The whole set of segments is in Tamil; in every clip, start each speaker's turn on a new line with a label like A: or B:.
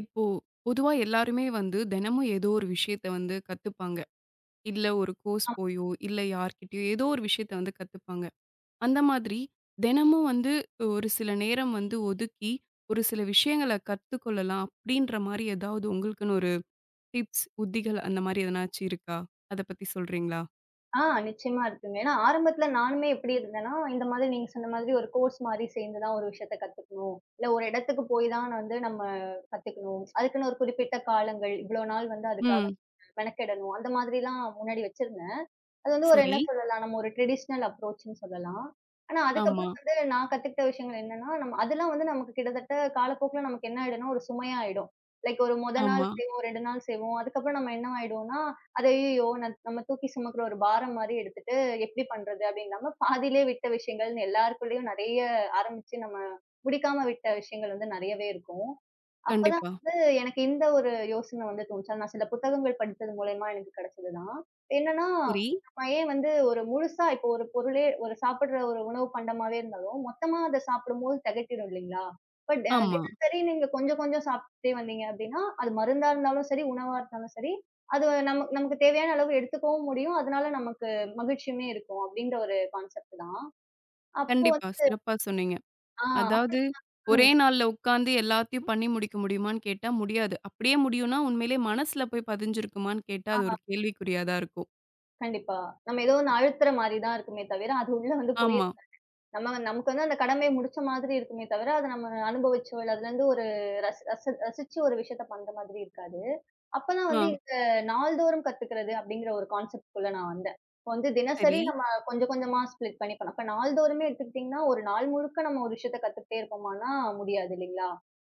A: இப்போ பொதுவா எல்லாருமே வந்து தினமும் ஏதோ ஒரு விஷயத்த வந்து கத்துப்பாங்க. இல்ல ஒரு கோர்ஸ்
B: அம்
A: போயோ, இல்ல யார்கிட்டயோ ஏதோ ஒரு விஷயத்த வந்து கத்துப்பாங்க. அந்த மாதிரி தினமும் வந்து ஒரு சில நேரம் வந்து ஒதுக்கி, ஒரு சில விஷயங்கள கத்துக்கொள்ளலாம் அப்படின்ற மாரி ஏதாவது உங்களுக்குன்னு ஒரு டிப்ஸ், உத்திகள் அந்த மாரி எதனாச்சும் இருக்கா? அத பத்தி சொல்றீங்களா?
B: ஆ. நிச்சயமா இருக்குங்க. ஏன்னா ஆரம்பத்துல நானுமே எப்படி இருந்தேன்னா, இந்த மாதிரி நீங்க சொன்ன மாதிரி ஒரு கோர்ஸ் மாரி சேர்ந்து தான் ஒரு விஷயத்த கத்துக்கணும். இல்ல ஒரு இடத்துக்கு போய் தான் வந்து நம்ம கத்துக்கணும். அதுக்குன்னு ஒரு குறிப்பிட்ட காலங்கள், இவ்வளோ நாள் வந்து அதுக்காக
A: ம்.
B: மெனக்கெடணும். அந்த மாதிரிலாம் முன்னாடி வச்சிருந்தேன். அது வந்து ஒரு
A: சரி.
B: என்ன சொல்லலாம், நம்ம ஒரு ட்ரெடிஷ்னல் அப்ரோச்ன்னு சொல்லலாம். ஆனா
A: ஆமா,
B: அதுக்கப்புறம் வந்து நான் கத்துக்கிட்ட விஷயங்கள் என்னன்னா, நம்ம அதெல்லாம் வந்து நமக்கு கிட்டத்தட்ட காலப்போக்குல நமக்கு என்ன ஆயிடும்னா, ஒரு சுமையா ஆயிடும். லைக் ஒரு மொத நாள்
A: ஆமா.
B: செய்வோம், 2 நாள் செய்வோம். அதுக்கப்புறம் நம்ம என்ன ஆயிடுவோம்னா, "அது ஐய்யய்யோ! நம்ம தூக்கி சுமக்கிற ஒரு பாரம் மாரி எடுத்துட்டு எப்படி பண்றது?" அப்படிங்காம பாதியிலே விட்ட விஷயங்கள்ன்னு எல்லாருக்குள்ளயும் நெறைய ஆரம்பிச்சு நம்ம முடிக்காம விட்ட விஷயங்கள் வந்து நெறையவே இருக்கும். அப்பதான்
A: கண்டிப்பா.
B: வந்து எனக்கு இந்த ஒரு யோசனை வந்து தோணுச்சு. நான் சில புத்தகங்கள் படித்தது மூலியமா எனக்கு கிடைச்சது தான். என்னன்னா,
A: சரி.
B: நம்ம ஏன் வந்து ஒரு முழுசா இப்போ ஒரு பொருளே ஒரு சாப்பிடுற ஒரு உணவு பண்டமாவே இருந்தாலும், மொத்தமா அத சாப்பிடும்போது திகட்டிடும் இல்லைங்களா? பட்
A: ஆமா.
B: தினசரி நீங்க கொஞ்சம் கொஞ்சம் சாப்பிட்டே வந்தீங்க அப்படின்னா, அது மருந்தா இருந்தாலும் சரி, உணவா இருந்தாலும் சரி, அது நமக்கு தேவையான அளவு எடுத்துக்கவும் முடியும். அதனால நமக்கு மகிழ்ச்சியுமே இருக்கும் அப்படின்ற ஒரு கான்செப்ட் தான். அப்போ
A: கண்டிப்பா.
B: வந்து.
A: சிறப்பா சொன்னீங்க.
B: ஆ. அப்ப
A: அதாவது, ஒரே
B: ம்.
A: நாள்ல உட்காந்து எல்லாத்தையும் பண்ணி முடிக்க முடியுமான்னு கேட்டா முடியாது. அப்படியே முடியும்னா, உண்மையிலே மனசுல போய் பதிஞ்சிருக்குமான்னு கேட்டா,
B: ஆ.
A: அது ஒரு கேள்விக்குறியா தான் இருக்கும்.
B: கண்டிப்பா. நம்ம ஏதோ ஒண்ணு அழுத்துற மாரி தான் இருக்குமே தவிர, அது உள்ள வந்து போய்
A: ஆமா.
B: நமக்கு வந்து அந்த கடமைய முடிச்ச மாதிரி இருக்குமே தவிர, அத நம்ம அனுபவிச்சோ, இல்ல அதுலருந்து ஒரு ரசி ரசி ரசிச்சு ஒரு விஷயத்த பண்ற மாதிரி இருக்காது. அப்பதான்
A: ஆ.
B: வந்து இந்த நாள்தோறும் கத்துக்கிறது அப்படிங்கிற ஒரு கான்செப்ட்குள்ள நான் வந்தேன். இப்ப வந்து தினசரி
A: சரி.
B: நம்ம கொஞ்சம் கொஞ்சமா ஸ்ப்ளிட் பண்ணி பண்ணலாம். இப்ப நாள்தோறுமே எடுத்துக்கிட்டீங்கன்னா, ஒரு நாள் முழுக்க நம்ம ஒரு விஷயத்த கத்துக்கிட்டே இருப்போமான்னா முடியாது இல்லைங்களா?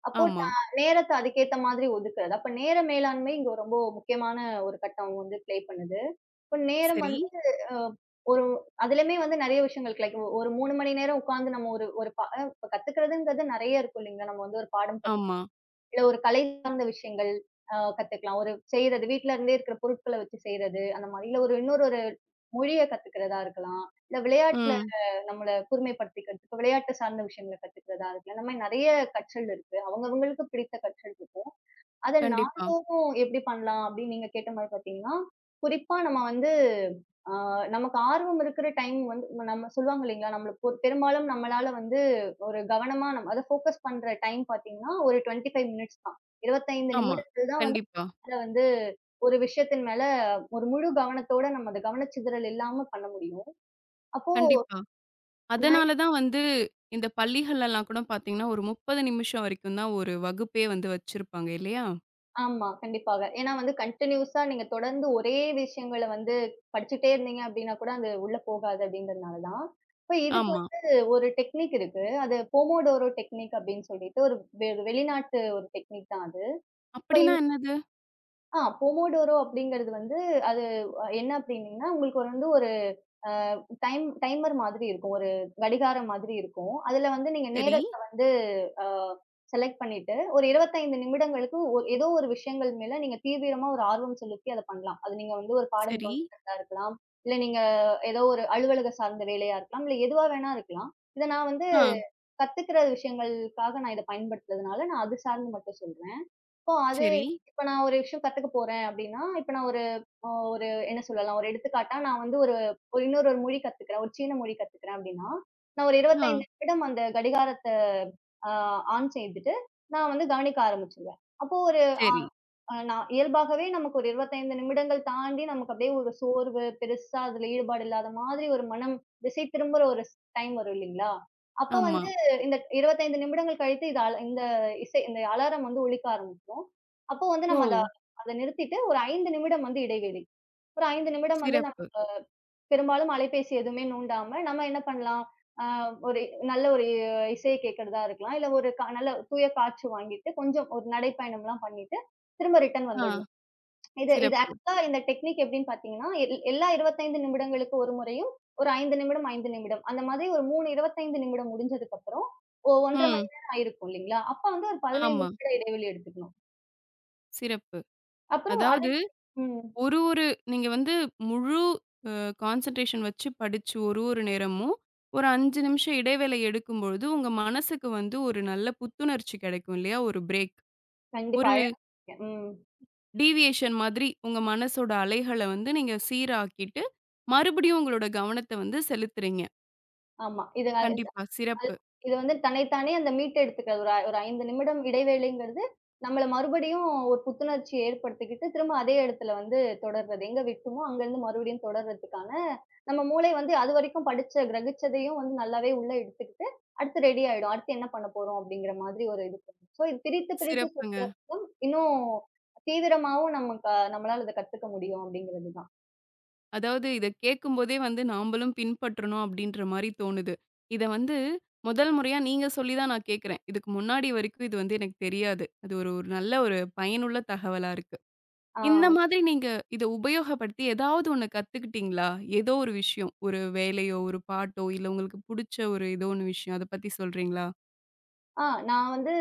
B: அப்போ
A: ஆமா.
B: நேரத்த அதுக்கேத்த மாதிரி ஒதுக்குறது. அப்ப நேர மேலாண்மை இங்க ரொம்ப முக்கியமான ஒரு கட்டம் வந்து ப்ளே பண்ணுது. இப்ப நேரம்
A: சரி.
B: வந்து. அ ஒரு அதிலயுமே வந்து நெறைய விஷயங்கள் கிடைக்கும். ஒரு 3 மணி நேரம் உட்கார்ந்து நம்ம ஒரு ஒரு ப இப்ப கத்துக்கிறதுங்கிறது நெறைய இருக்கும் இல்லைங்களா? நம்ம வந்து ஒரு பாடம்
A: ஆமா.
B: கத்துக்கணும். இல்ல ஒரு கலை சார்ந்த விஷயங்கள் கத்துக்கலாம். ஒரு செய்றது வீட்ல இருந்தே இருக்கிற பொருட்கள வச்சு செய்றது, அந்த மாதிரி. இல்ல இன்னொரு ஒரு மொழிய கத்துக்கிறதா இருக்கலாம். இல்ல விளையாட்டுல
A: ம்.
B: நம்மள கூர்மைப்படுத்திக்கிறதுக்கு விளையாட்டு சார்ந்த விஷயங்கள கத்துக்கிறதா இருக்கலாம். இந்த மாரி நெறைய கற்றல் இருக்கு. அவங்கவங்களுக்கு பிடித்த கற்றல் இருக்கும். அத
A: கண்டிப்பா.
B: நாள்தோறும் எப்படி பண்ணலாம் அப்படின்னு நீங்க கேட்ட மாரி பார்த்தீங்கன்னா, குறிப்பா நம்ம வந்து ஆ நமக்கு ஆர்வம் இருக்கிற டைம் வந்து நம்ம சொல்லுவாங்க இல்லைங்களா, நம்மளுக்கு பெரும்பாலும் நம்மளால வந்து ஒரு கவனமா நம்ம அத ஃபோக்கஸ் பண்ற டைம் பார்த்தீங்கன்னா, ஒரு 25 மினிட்ஸ் தான். 25
A: ஆமா.
B: நிமிடங்கள் தான் வந்து
A: கண்டிப்பா.
B: அத வந்து ஒரு விஷயத்தின் மேல ஒரு முழு கவனத்தோட நம்ம அத கவனச்சிதறல் இல்லாம பண்ண முடியும். அப்போ.
A: கண்டிப்பா. அதனால தான் வந்து இந்த பள்ளிகள்லலாம் கூட பார்த்தீங்கன்னா, ஒரு 30 நிமிஷம் வரைக்கும் தான் ஒரு வகுப்பே வந்து வச்சிருப்பாங்க இல்லையா?
B: ஆமா. கண்டிப்பாக. ஏன்னா வந்து கன்டினியூஸா நீங்க தொடர்ந்து ஒரே விஷயங்கள வந்து படிச்சுட்டே இருந்தீங்க அப்டின்னா கூட அது உள்ள போகாது அப்டின்றதுனால தான். இப்ப இதுக்கு
A: ஆமா.
B: வந்து ஒரு டெக்னிக் இருக்கு. அது போமோடோரோ டெக்னிக் அப்டின்னு சொல்லிட்டு ஒரு வெளிநாட்டு ஒரு டெக்னிக் தான் அது. இப்ப
A: அப்படின்னா
B: இது.
A: என்னது?
B: போமோடோரோ அப்டிங்கிறது வந்து அது, என்ன அப்டின்னீங்கன்னா, உங்களுக்கு வந்து ஒரு வந்து அ டைமர் மாதிரி இருக்கும். ஒரு கடிகாரம் மாதிரி இருக்கும். அதுல வந்து நீங்க
A: சரி,
B: நேரத்த வந்து அ செலக்ட் பண்ணிட்டு, ஒரு 25 நிமிடங்களுக்கு ஏதோ ஒரு விஷயங்கள் மேல நீங்க தீவிரமா ஒரு ஆர்வம் செலுத்தி அத பண்ணலாம். அது நீங்க வந்து ஒரு பாடம்
A: சரி.
B: கவனிக்கிறதா இருக்கலாம். இல்ல நீங்க ஏதோ ஒரு அலுவலக சார்ந்த வேலையா இருக்கலாம். இல்ல எதுவா வேணா இருக்கலாம். இத நான் வந்து
A: ஆ.
B: கத்துக்கிற விஷயங்களுக்காக நான் இத பயன்படுத்துறதுனால, நான் அது சார்ந்து மட்டும் சொல்றேன். இப்போ அது.
A: சரி.
B: இப்ப நான் ஒரு விஷயம் கத்துக்க போறேன் அப்டின்னா, இப்ப நான் ஒரு என்ன சொல்லலாம்? ஒரு எடுத்துக்காட்டா நான் வந்து ஒரு ஒரு இன்னொரு ஒரு மொழி கத்துக்கிறேன். ஒரு சீன மொழி கத்துக்கிறேன் அப்படின்னா, நான் ஒரு
A: ஆ.
B: 25 நிமிடம் அந்த கடிகாரத்த அ ஆன் செய்துட்டு, நான் வந்து கவனிக்க ஆரம்பிச்சுருவேன். அப்போ ஒரு அ
A: சரி.
B: அ நான் இயல்பாகவே நமக்கு ஒரு 25 நிமிடங்கள் தாண்டி நமக்கு அப்படியே ஒரு சோர்வு, பெருசா அதுல ஈடுபாடு இல்லாத மாதிரி ஒரு மனம் திசை திரும்புற ஒரு டைம் வரும் இல்லீங்களா? அப்ப
A: ஆமா.
B: வந்து இந்த 25 நிமிடங்கள் கழித்து இது இந்த இந்த அலாரம் வந்து ஒலிக்க ஆரம்பிக்கும். அப்போ வந்து
A: ஓ!
B: நம்ம அத அத நிறுத்திட்டு ஒரு 5 நிமிடம் வந்து இடைவெளி. ஒரு 5 நிமிடம் வந்து நம்ம
A: சிறப்பு.
B: பெரும்பாலும் அலைபேசி எதுவுமே நோண்டாம, நம்ம என்ன பண்ணலாம்? அ ஒரு நல்ல ஒரு இசைய கேட்கிறதா இருக்கலாம். இல்ல ஒரு நல்ல தூய காற்று வாங்கிட்டு, கொஞ்சம் ஒரு நடைப்பயணம்லாம் பண்ணிட்டு, திரும்ப ரிட்டர்ன்
A: ஆ,
B: வந்துடணும். இது இது
A: சிறப்பு.
B: ஆக்சுவலா இந்த டெக்னிக் எப்படின்னு பார்த்தீங்கன்னா, எல்லா 25 நிமிடங்களுக்கு ஒரு முறையும், ஒரு 5 நிமிடம், 5 நிமிடம். அந்த மாதிரி ஒரு 3 25 நிமிடம் முடிஞ்சதுக்கப்புறம், 1 1/2
A: ம்.
B: மணி நேரம் ஆயிருக்கும் இல்லைங்களா? அப்ப வந்து ஒரு 15
A: ஆமா,
B: நிமிட இடைவெளி எடுத்துக்கணும்.
A: சிறப்பு.
B: அப்புறம் அதே.
A: அதாவது
B: ம்.
A: ஒரு ஒரு நீங்க வந்து முழு அ கான்சன்ட்ரேஷன் வச்சு படிச்சு ஒரு ஒரு நேரமும், ஒரு 5 நிமிஷம் இடைவேளை எடுக்கும்பொழுது, உங்க மனசுக்கு வந்து ஒரு நல்ல புத்துணர்ச்சி கிடைக்கும் இல்லையா? ஒரு பிரேக்.
B: கண்டிப்பா.
A: ஒரு
B: அழகா சொன்னீங்க. ம்.
A: டீவியேஷன் மாதிரி உங்க மனசோட அலைகள வந்து நீங்க சீராக்கிட்டு, மறுபடியும் உங்களோட கவனத்த வந்து செலுத்துறீங்க.
B: ஆமா. இது.
A: கண்டிப்பா.
B: அது
A: சிறப்பு.
B: இது வந்து தன்னைத்தானே அந்த மீட்டெடுத்துக்கிறது. ஒரு 5 நிமிடம் இடைவேளைங்கிறது, நம்மள மறுபடியும் ஒரு புத்துணர்ச்சி ஏற்படுத்திக்கிட்டு, திரும்ப அதே இடத்துல வந்து தொடர்றது. எங்க விட்டோமோ அங்கருந்து மறுபடியும் தொடர்றதுக்கான, நம்ம மூளை வந்து அதுவரைக்கும் படிச்ச, கிரகிச்சதையும் வந்து நல்லாவே உள்ள எடுத்துக்கிட்டு, அடுத்து ரெடி ஆயிடும். அடுத்து என்ன பண்ண போறோம் அப்படிங்கிற மாதிரி ஒரு இது பண்ணும். ஸோ இது பிரித்து பிரித்து
A: சிறப்புங்க.
B: சொல்றப்போ இன்னும் தீவிரமாவும் நமக்கு நம்மளால அத கத்துக்க முடியும் அப்படிங்கிறது தான்.
A: அதாவது இத கேட்கும்போதே வந்து நாம்பளும் பின்பற்றணும் அப்படின்ற மாரி தோணுது. இத வந்து முதல் முறையா நீங்க சொல்லி தான் நான் கேட்கிறேன். இதுக்கு முன்னாடி வரைக்கும் இது வந்து எனக்கு தெரியாது. அது ஒரு ஒரு நல்ல ஒரு பயனுள்ள தகவலா இருக்கு. இந்த
B: ஆ,
A: மாதிரி நீங்க இத உபயோகப்படுத்தி ஏதாவது ஒண்ணு கத்துக்கிட்டீங்களா? ஏதோ ஒரு விஷயம். ஒரு வேலையோ, ஒரு பாட்டோ, இல்ல உங்களுக்கு புடிச்ச ஒரு ஏதோ ஒண்ணு விஷயம். அத பத்தி சொல்றீங்களா?
B: ஆ நான் வந்து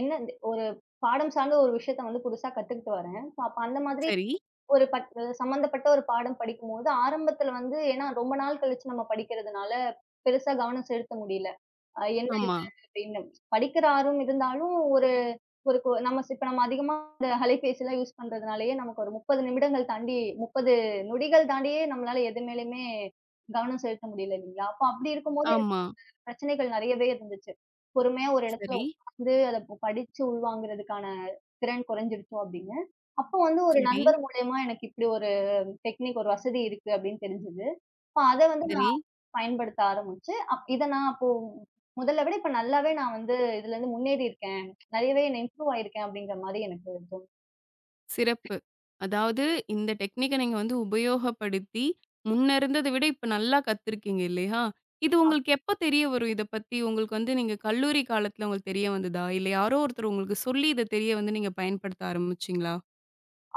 B: என்ன ஒரு பாடம் சார்ந்த ஒரு விஷயத்த வந்து புதுசா கத்துக்கிட்டு வரேன். சோ அப்ப அந்த மாதிரி
A: சரி.
B: ஒரு சம்மந்தப்பட்ட ஒரு பாடம் படிக்கும்போது, ஆரம்பத்துல வந்து ஏன்னா ரொம்ப நாள் கழிச்சு நம்ம படிக்கிறதுனால, பெருசா கவனம் செலுத்த முடியல. என்ன
A: ஆமா,
B: இது அப்படின்னு. படிக்கிற ஆர்வம் இருந்தாலும், ஒரு ஒரு கொ நம்ம இப்ப நம்ம அதிகமா இந்த அலைபேசிலாம் யூஸ் பண்றதுனாலயே, நமக்கு ஒரு 30 நிமிடங்கள் தாண்டி 30 நொடிகள் தாண்டியே நம்மளால எது மேலயுமே கவனம் செலுத்த முடியல இல்லைங்களா? அப்ப அப்படி இருக்கும்போது
A: ஆமா.
B: பிரச்சனைகள் நெறையவே இருந்துச்சு. பொறுமையா ஒரு இடத்துல
A: சரி,
B: உட்கார்ந்து அத படிச்சு உள்வாங்குறதுக்கான திறன் குறைஞ்சிருச்சோ அப்படின்னு. அப்போ வந்து ஒரு
A: சரி,
B: நண்பர் மூலியமா எனக்கு இப்படி ஒரு ஒரு வசதி இருக்கு அப்படின்னு தெரிஞ்சது. அப்ப அத வந்து ம்.
A: சரி.
B: நான் பயன்படுத்த ஆரம்பிச்சு, இத நான் அப்போ முதல்ல விட இப்ப நல்லாவே நான் வந்து இதுலருந்து முன்னேறி இருக்கேன். நெறையவே என்ன இம்ப்ரூவ் ஆயிருக்கேன் அப்படிங்கிற மாரி எனக்கு தோணும்.
A: சிறப்பு. அதாவது இந்த டெக்னிக்க நீங்க வந்து உபயோகப்படுத்தி, முன்ன இருந்தத விட இப்ப நல்லா கத்துருக்கீங்க இல்லையா? இது உங்களுக்கு எப்ப தெரிய வரும்? இத பத்தி உங்களுக்கு வந்து நீங்க கல்லூரி காலத்துல உங்களுக்கு தெரிய வந்ததா? இல்ல யாரோ ஒருத்தர் உங்களுக்கு சொல்லி இத தெரிய வந்து நீங்க பயன்படுத்த ஆரம்பிச்சீங்களா?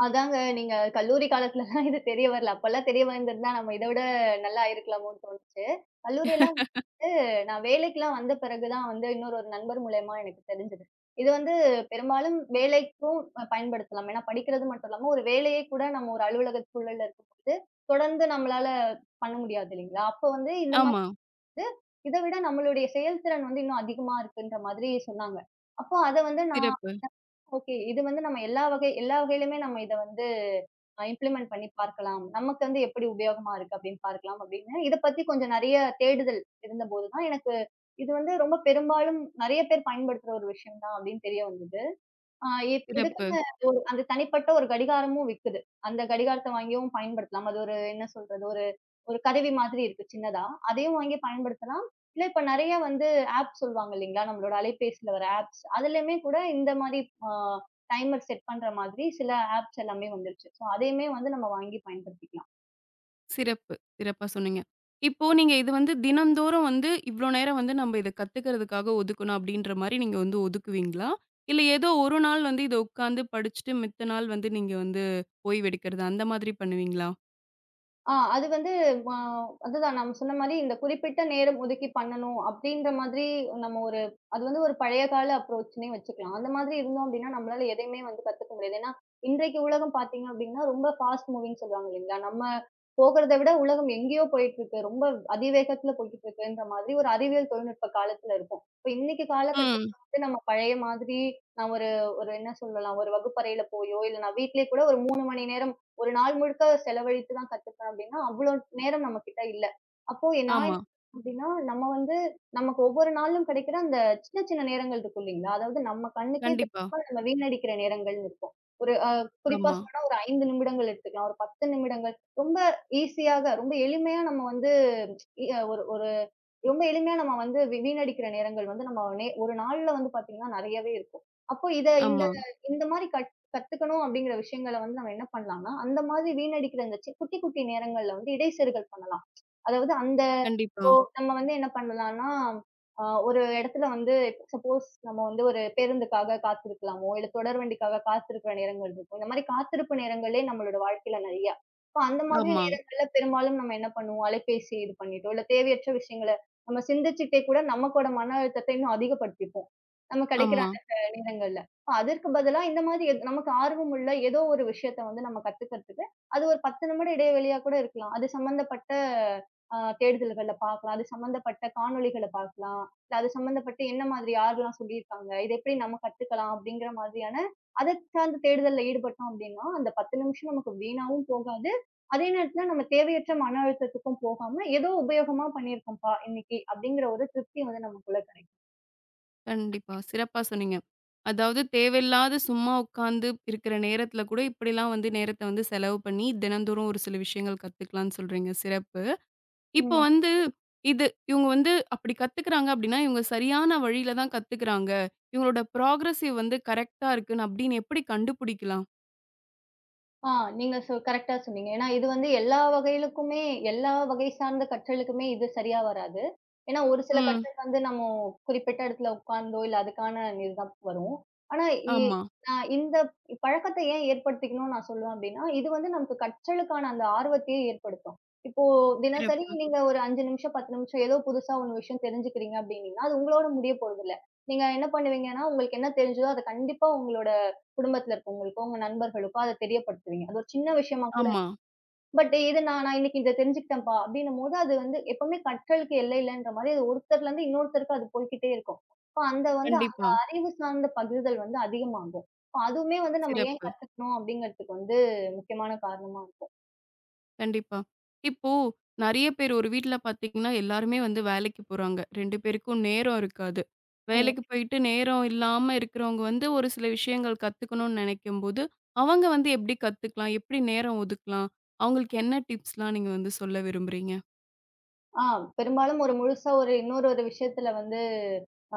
B: அதாங்க நீங்க கல்லூரி காலத்துலலாம் இது தெரிய வரல. அப்பல்லாம் தெரிய வந்திருந்தா நம்ம இத விட நல்லா ஆயிருக்கலாமோன்னு தோணுச்சு. கல்லூரியெல்லாம் வந்து நான் வேலைக்குலாம் வந்த பிறகு தான் வந்து இன்னொரு ஒரு நண்பர் மூலியமா எனக்கு தெரிஞ்சது. இது வந்து பெரும்பாலும் வேலைக்கும் பயன்படுத்தலாம். ஏன்னா படிக்கிறது மட்டும் இல்லாம, ஒரு வேலையே கூட நம்ம ஒரு அலுவலக சூழல்ல இருக்கும்போது, தொடர்ந்து நம்மளால பண்ண முடியாது இல்லைங்களா? அப்போ வந்து இந்த மாதிரி
A: ஆமா.
B: வந்து இத விட நம்மளுடைய செயல்திறன் வந்து இன்னும் அதிகமா இருக்குன்ற மாதிரி சொன்னாங்க. அப்போ அத வந்து நான்.
A: சிறப்பு,
B: ஓகே. இது வந்து நம்ம எல்லா வகையிலுமே நம்ம இத வந்து இம்ப்ளிமெண்ட் பண்ணி பார்க்கலாம். நமக்கு வந்து எப்படி உபயோகமா இருக்கு அப்படின்னு பார்க்கலாம் அப்படின்னு, இத பத்தி கொஞ்சம் நெறைய தேடுதல் இருந்தபோது தான் எனக்கு இது வந்து ரொம்ப பெரும்பாலும் நெறைய பேர் பயன்படுத்துற ஒரு விஷயம் தான் அப்படின்னு தெரிய வந்தது. ஆ இத்
A: சிறப்பு.
B: இதுக்குன்னு அந்த தனிப்பட்ட ஒரு கடிகாரமும் விக்குது. அந்த கடிகாரத்த வாங்கியும் பயன்படுத்தலாம். அது ஒரு என்ன சொல்றது? ஒரு கருவி மாதிரி இருக்கு சின்னதா. அதையும் வாங்கி பயன்படுத்தலாம். இல்ல இப்ப நெறைய வந்து ஆப் சொல்லுவாங்க இல்லைங்களா? நம்மளோட அலைபேசியில வர ஆப்ஸ். அதுலயுமே கூட இந்த மாரி ஆ டைமர் செட் பண்ற மாதிரி சில ஆப்ஸ் எல்லாமே வந்துருச்சு. ஸோ அதையுமே வந்து நம்ம வாங்கி பயன்படுத்திக்கலாம்.
A: சிறப்பு. சிறப்பா சொன்னீங்க. இப்போ நீங்க இது வந்து தினம்தோறும் வந்து இவ்ளோ நேரம் வந்து நம்ம இத கத்துக்கிறதுக்காக ஒதுக்கணும் அப்டின்ற மாரி நீங்க வந்து ஒதுக்குவீங்களா? இல்ல ஏதோ ஒரு நாள் வந்து இத உட்காந்து படிச்சுட்டு மித்த நாள் வந்து நீங்க வந்து ஓய்வெடுக்கிறது அந்த மாதிரி பண்ணுவீங்களா?
B: அது வந்து ம அதுதான் நம்ம சொன்ன மாரி, இந்த குறிப்பிட்ட நேரம் ஒதுக்கி பண்ணணும் அப்படின்ற மாதிரி நம்ம ஒரு அது வந்து ஒரு பழைய கால அப்ரோச்ன்னே வச்சுக்கலாம். அந்த மாதிரி இருந்தோம் அப்படின்னா, நம்மளால எதையுமே வந்து கத்துக்க முடியாது. ஏன்னா, இன்றைக்கு உலகம் பார்த்தீங்க அப்படின்னா, ரொம்ப ஃபாஸ்ட் மூவிங்ன்னு சொல்லுவாங்க இல்லைங்களா? நம்ம போகிறத விட உலகம் எங்கேயோ போயிட்டுருக்கு. ரொம்ப அதிவேகத்துல போய்க்கிட்டுருக்குன்ற மாதிரி ஒரு அறிவியல் தொழில்நுட்ப காலத்துல இருக்கோம். இப்ப இன்னைக்கு
A: ம்.
B: காலகட்டத்துல வந்து நம்ம பழைய மாதிரி நான் ஒரு ஒரு என்ன சொல்லலாம், ஒரு வகுப்பறையில போயோ, இல்ல நான் வீட்லயே கூட ஒரு 3 மணி நேரம் ஒரு நாள் முழுக்க செலவழித்து தான் கத்துப்பேன் அப்படின்னா, அவ்ளோ நேரம் நம்ம கிட்ட இல்ல. அப்போ நான்
A: ஆமா.
B: என்ன அப்படின்னா, நம்ம வந்து நமக்கு ஒவ்வொரு நாளும் கிடைக்கிற அந்த சின்ன சின்ன நேரங்கள் இருக்கும் இல்லைங்களா? அதாவது நம்ம கண்ணுக்கே
A: கண்டிப்பா.
B: தெரியாம நம்ம வீணடிக்கிற நேரங்கள்னு இருக்கும். ஒரு அ குறிப்பா
A: ஆமா,
B: சொல்லணும்னா ஒரு 5 நிமிடங்கள் எடுத்துக்கலாம். ஒரு 10 நிமிடங்கள். ரொம்ப ஈஸியாக, ரொம்ப எளிமையா நம்ம வந்து அ ஒரு ஒரு ரொம்ப எளிமையா நம்ம வந்து வீணடிக்கிற நேரங்கள் வந்து நம்ம ஒரு நாள்ல வந்து பார்த்தீங்கன்னா நெறையவே இருக்கும். அப்போ இந்த
A: ஆமா.
B: இந்த மாரி கத்துக்கணும் அப்படிங்கிற விஷயங்கள வந்து நம்ம என்ன பண்ணலாம்னா, அந்த மாதிரி வீணடிக்கிற இந்த குட்டி, குட்டி நேரங்கள்ல வந்து இடைச்செருகல் பண்ணலாம். அதாவது அந்த
A: கண்டிப்பா.
B: நம்ம வந்து என்ன பண்ணலாம்னா, ஒரு இடத்துல வந்து சப்போஸ் நம்ம வந்து ஒரு பேருந்துக்காக காத்திருக்கலாமோ, இல்ல தொடர் வண்டிக்காக காத்திருக்கிற நேரங்கள் இருக்கும். இந்த மாரி காத்திருப்பு நேரங்களே நம்மளோட வாழ்க்கையில நெறையா. அப்ப அந்த மாதிரி
A: ஆமா,
B: நேரங்கள்ல பெரும்பாலும் நம்ம என்ன பண்ணுவோம், அலைபேசி இது பண்ணிட்டோம். இல்ல தேவையற்ற விஷயங்கள நம்ம சிந்திச்சுட்டே கூட நமக்கோட மன அழுத்தத்த இன்னும் அதிகப்படுத்திப்போம். நமக்கு கிடைக்கிற
A: ஆமா.
B: அந்த நேரங்கள்ல. அப்ப அதற்கு பதிலா இந்த மாதிரி நமக்கு ஆர்வம் உள்ள ஏதோ ஒரு விஷயத்த வந்து நம்ம கத்துக்கிறதுக்கு, அது ஒரு 10 நிமிட இடைவெளியா கூட இருக்கலாம். அது சம்பந்தப்பட்ட தேடுதல்கள்ல பார்க்கலாம். அது சம்மந்தப்பட்ட காணொளிகள பார்க்கலாம். இல்ல அது சம்மந்தப்பட்டு என்ன மாதிரி யாரெல்லாம் சொல்லியிருக்காங்க? இத எப்படி நம்ம கத்துக்கலாம்? அப்படிங்கிற மாதிரியான அத சார்ந்த தேடுதல்ல ஈடுபட்டோம் அப்படின்னா, அந்த 10 நிமிஷம் நமக்கு வீணாவும் போகாது. அதே நேரத்துல நம்ம தேவையற்ற மன அழுத்தத்துக்கும் போகாம, ஏதோ உபயோகமா பண்ணியிருக்கோம்ப்பா இன்னைக்கு அப்படிங்கிற ஒரு திருப்தி வந்து நமக்குள்ள கிடைக்கும்.
A: கண்டிப்பா. சிறப்பா சொன்னீங்க. அதாவது தேவையில்லாத சும்மா உட்காந்து இருக்கிற நேரத்தில கூட இப்படிலாம் வந்து நேரத்த வந்து செலவு பண்ணி தினந்தோறும் ஒரு சில விஷயங்கள் கத்துக்கலாம்னு சொல்றீங்க. சிறப்பு. இப்போ
B: ம்.
A: வந்து, இது இவுங்க வந்து அப்படி கத்துக்கிறாங்க அப்படின்னா, இவுங்க சரியான வழியில தான் கத்துக்கிறாங்க. இவுங்களோட ப்ராக்ரஸிவ் வந்து கரெக்ட்டா இருக்குன்னு அப்படின்னு எப்படி கண்டுபிடிக்கலாம்?
B: ஆ நீங்க கரெக்ட்டா சொன்னீங்க. ஏன்னா இது வந்து எல்லா வகையிலுக்குமே எல்லா வகை சார்ந்த கற்றலுக்குமே இது சரியா வராது. ஏன்னா ஒரு சில
A: ம்.
B: கற்றல் வந்து நம்ம குறிப்பிட்ட இடத்துல உட்கார்ந்தோ, இல்ல அதுக்கான இதுதான் வரும். ஆனா இ
A: ஆமா.
B: நான் இந்த பழக்கத்த ஏன் ஏற்படுத்திக்கணும்னு நான் சொல்லுவேன் அப்டின்னா, இது வந்து நமக்கு கற்றலுக்கான அந்த ஆர்வத்தையே ஏற்படுத்தும். இப்போ தினசரி
A: சிறப்பு.
B: நீங்க ஒரு 5 நிமிஷம், 10 நிமிஷம் ஏதோ புதுசா ஒரு விஷயம் தெரிஞ்சுக்கிறீங்க அப்டின்னீங்கன்னா, அது உங்களோட முடிய போறதில்ல. நீங்க என்ன பண்ணுவீங்கன்னா, உங்களுக்கு என்ன தெரிஞ்சதோ அத கண்டிப்பா உங்களோட குடும்பத்துல இருக்கவங்களுக்கோ, உங்க நண்பர்களுக்கோ அத தெரியப்படுத்துவீங்க. அது ஒரு சின்ன விஷயமா கூட.
A: ஆமா.
B: பட் இது நான் நான் இன்னைக்கு இத தெரிஞ்சுக்கிட்டேன்ப்பா அப்படின்னும்போது, அது வந்து எப்பவுமே கற்றலுக்கு எல்லை இல்லன்ற மாரி அது ஒருத்தர்ல இருந்து இன்னொருத்தருக்கு அது போய்க்கிட்டே இருக்கும். அப்ப அந்த
A: கண்டிப்பா.
B: அறிவு சார்ந்த பகிர்தல் வந்து அதிகமாகும். அப்ப அதுவுமே வந்து நம்ம ஏன்
A: சிறப்பு.
B: கத்துக்கணும் அப்படிங்கிறதுக்கு வந்து முக்கியமான காரணமா இருக்கும்.
A: கண்டிப்பா. இப்போ நெறைய பேர் ஒரு வீட்ல பார்த்தீங்கன்னா, எல்லாருமே வந்து வேலைக்கு போறாங்க. 2 பேருக்கும் நேரம் இருக்காது.
B: ம்.
A: வேலைக்கு போயிட்டு நேரம் இல்லாம இருக்கிறவங்க வந்து ஒரு சில விஷயங்கள் கத்துக்கணும்னு நெனைக்கும்போது, அவங்க வந்து எப்படி கத்துக்கலாம்? எப்படி நேரம் ஒதுக்கலாம்? அவங்களுக்கு என்ன டிப்ஸ்லாம் நீங்க வந்து சொல்ல விரும்புறீங்க?
B: ஆ பெரும்பாலும் ஒரு முழுசா இன்னொரு ஒரு விஷயத்துல வந்து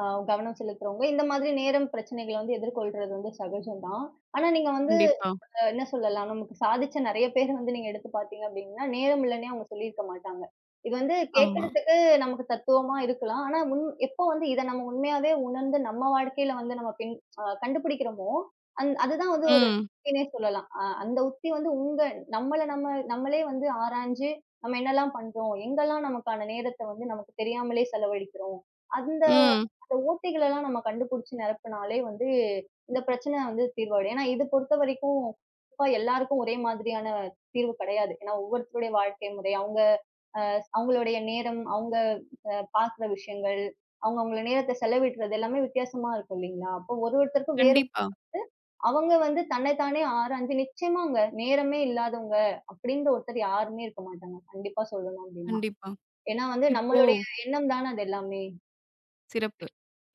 B: அ கவனம் செலுத்துறவங்க, இந்த மாதிரி நேரம் பிரச்சனைகள வந்து எதிர்கொள்றது வந்து சகஜம் தான். ஆனா நீங்க வந்து
A: கண்டிப்பா.
B: என்ன சொல்லலாம், நமக்கு சாதிச்ச நெறைய பேர் வந்து நீங்க எடுத்து பார்த்தீங்க அப்டின்னா, நேரம் இல்லன்னே அவங்க சொல்லியிருக்க மாட்டாங்க. இது வந்து
A: ஆமா.
B: கேட்கறதுக்கு நமக்கு தத்துவமா இருக்கலாம். ஆனா, முன் எப்போ வந்து இத நம்ம உண்மையாவே உணர்ந்து நம்ம வாழ்க்கையில வந்து நம்ம பின் கண்டுபிடிக்கிறோமோ, அதுதான் வந்து ஒரு
A: ம்.
B: உத்தினே சொல்லலாம். அந்த உத்தி வந்து உங்க நம்மள நம்ம நம்மளே வந்து ஆராய்ஞ்சு, நம்ம என்னலாம் பண்றோம்? எங்கலாம் நமக்கான நேரத்த வந்து நமக்கு தெரியாமலே செலவழிக்கிறோம்? அந்த
A: ம்.
B: அந்த ஓட்டைகளெல்லாம் நம்ம கண்டுபுடிச்சு நிரப்புனாலே வந்து, இந்த பிரச்சனை வந்து தீர்வடையும். ஏன்னா, இது பொறுத்தவரைக்கும் கண்டிப்பா எல்லாருக்கும் ஒரே மாதிரியான தீர்வு கிடையாது. ஏன்னா, ஒவ்வொருத்தருடைய வாழ்க்கை முறை, அவங்களுடைய நேரம், அவங்க பார்க்குற விஷயங்கள், அவங்க அவங்கள நேரத்த செலவிடுறது எல்லாமே வித்தியாசமா இருக்கும் இல்லைங்களா? அப்போ ஒருத்தருக்கும் வேறு
A: கண்டிப்பா,
B: அவங்க வந்து தன்னை தானே ஆராய்ஞ்சு நிச்சயமாங்க நேரமே இல்லாதவங்க அப்படின்ற ஒருத்தர் யாருமே இருக்க மாட்டாங்க. கண்டிப்பா சொல்லணும் அப்படின்னா.
A: கண்டிப்பா.
B: ஏன்னா வந்து
A: இப்போ
B: நம்மளுடைய எண்ணம் தான அது எல்லாமே.
A: சிறப்பு.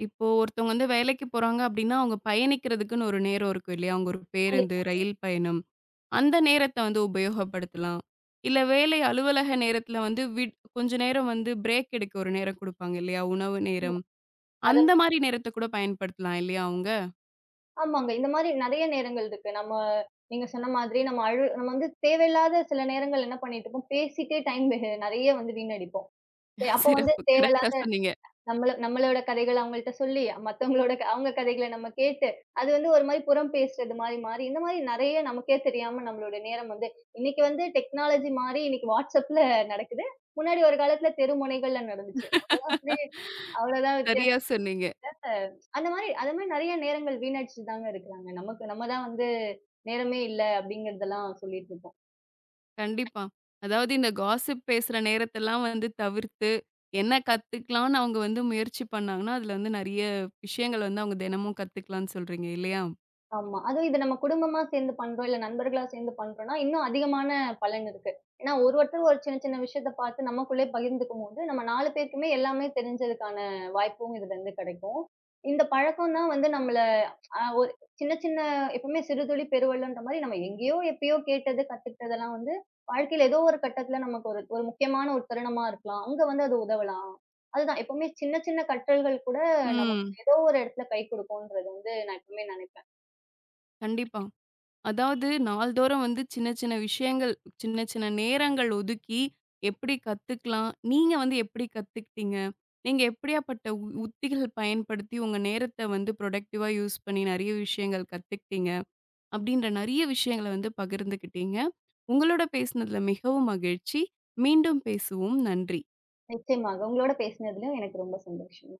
A: இப்போ ஒருத்தவங்க வந்து வேலைக்கு போறாங்க அப்படின்னா, அவங்க பயணிக்கிறதுக்குன்னு ஒரு நேரம் இருக்கும் இல்லையா? அவங்க ஒரு பேருந்து,
B: கண்டிப்பா.
A: ரயில் பயணம். அந்த நேரத்த வந்து உபயோகப்படுத்தலாம். இல்ல வேலை அலுவலக நேரத்துல வந்து விட் கொஞ்ச நேரம் வந்து பிரேக் எடுக்க ஒரு நேரம் குடுப்பாங்க இல்லையா? உணவு நேரம்.
B: அத
A: அந்த மாரி நேரத்த கூட பயன்படுத்தலாம் இல்லையா அவங்க?
B: ஆமாங்க. இந்த மாரி நெறைய நேரங்கள் இருக்கு. நம்ம நீங்க சொன்ன மாதிரி நம்ம நம்ம வந்து தேவையில்லாத சில நேரங்கள் என்ன பண்ணிட்டு இருப்போம், பேசிட்டே டைம் வெ நெறைய வந்து வீணடிப்போம். சரி அப்போ வந்து
A: சிறப்பு. கரெக்ட்டா
B: தேவையில்லாத
A: சொன்னீங்க.
B: நம்மள நம்மளோட கதைகள அவங்கள்ட்ட சொல்லி, அவங்க கதைகள நம்ம கேட்டு, அது வந்து ஒரு மாரி புறம் பேசுறது மாரி மாறி, இந்த மாரி நெறைய நமக்கே தெரியாம நம்மளோட நேரம் வந்து இன்னைக்கு வந்து டெக்னாலஜி மாறி இன்னைக்கு WhatsAppல நடக்குது. முன்னாடி ஒரு காலத்துல தெருமுனைகள்ல நடந்துச்சு. அவ்வளோதான் வந்து அவ்வளோதான்
A: சரியா
B: வித்தியாசம்.
A: சொன்னீங்க.
B: அந்த மாரி நெறைய நேரங்கள் வீணடிச்சுட்டு தாங்க இருக்கிறாங்க. நமக்கு நம்ம தான் வந்து நேரமே இல்ல அப்படிங்கிறதெல்லாம் சொல்லிட்டு இருக்கோம்.
A: கண்டிப்பா. அதாவது இந்த காசிப் பேசுற நேரத்தெல்லாம் வந்து தவிர்த்து, என்ன கத்துக்கலாம்னு அவங்க வந்து முயற்சி பண்ணாங்கன்னா, அதுல வந்து நெறைய விஷயங்கள் வந்து அவங்க தினமும் கத்துக்கலாம்னு சொல்றீங்க இல்லையா?
B: ஆமா. அதுவும் இது நம்ம குடும்பமா சேர்ந்து பண்றோம், இல்ல நண்பர்களா சேர்ந்து பண்றோம்ன்னா, இன்னும் அதிகமான பலன் இருக்கு. ஏன்னா ஒருத்தர் ஒரு சின்ன சின்ன விஷயத்த பார்த்து நமக்குள்ளே பகிர்ந்துக்கும்போது, நம்ம 4 பேருக்குமே எல்லாமே தெரிஞ்சதுக்கான வாய்ப்பும் இதுலருந்து கிடைக்கும். இந்த பழக்கம் தான் வந்து நம்மள அ ஒரு சின்ன சின்ன எப்பவுமே சிறுதுளி பெருவெள்ளம்ன்ற மாரி நம்ம எங்கேயோ எப்பயோ கேட்டது, கத்துக்கிட்டதெல்லாம் வந்து வாழ்க்கையில ஏதோ ஒரு கட்டத்துல நமக்கு ஒரு ஒரு முக்கியமான ஒரு தருணமா இருக்கலாம். அங்க வந்து அது உதவலாம். அதுதான் எப்பவுமே சின்ன சின்ன கற்றல்கள் கூட நமக்கு
A: ம்.
B: ஏதோ ஒரு இடத்துல கை குடுக்கும்ன்றது வந்து நான் எப்பவுமே நினைப்பேன்.
A: கண்டிப்பா. அதாவது நாள்தோறும் வந்து சின்ன சின்ன விஷயங்கள், சின்ன சின்ன நேரங்கள் ஒதுக்கி எப்படி கத்துக்கலாம்? நீங்க வந்து எப்படி கத்துக்கிட்டீங்க? நீங்க எப்படியாப்பட்ட உத்திகள் பயன்படுத்தி உங்க நேரத்த வந்து ப்ரொடக்டிவா யூஸ் பண்ணி நெறைய விஷயங்கள் கத்துக்கிட்டீங்க? அப்படின்ற நெறைய விஷயங்கள வந்து பகிர்ந்துக்கிட்டீங்க. உங்களோட பேசினதுல மிகவும் மகிழ்ச்சி. மீண்டும் பேசுவோம். நன்றி.
B: நிச்சயமாக. உங்களோட பேசினதிலும் எனக்கு ரொம்ப சந்தோஷம்.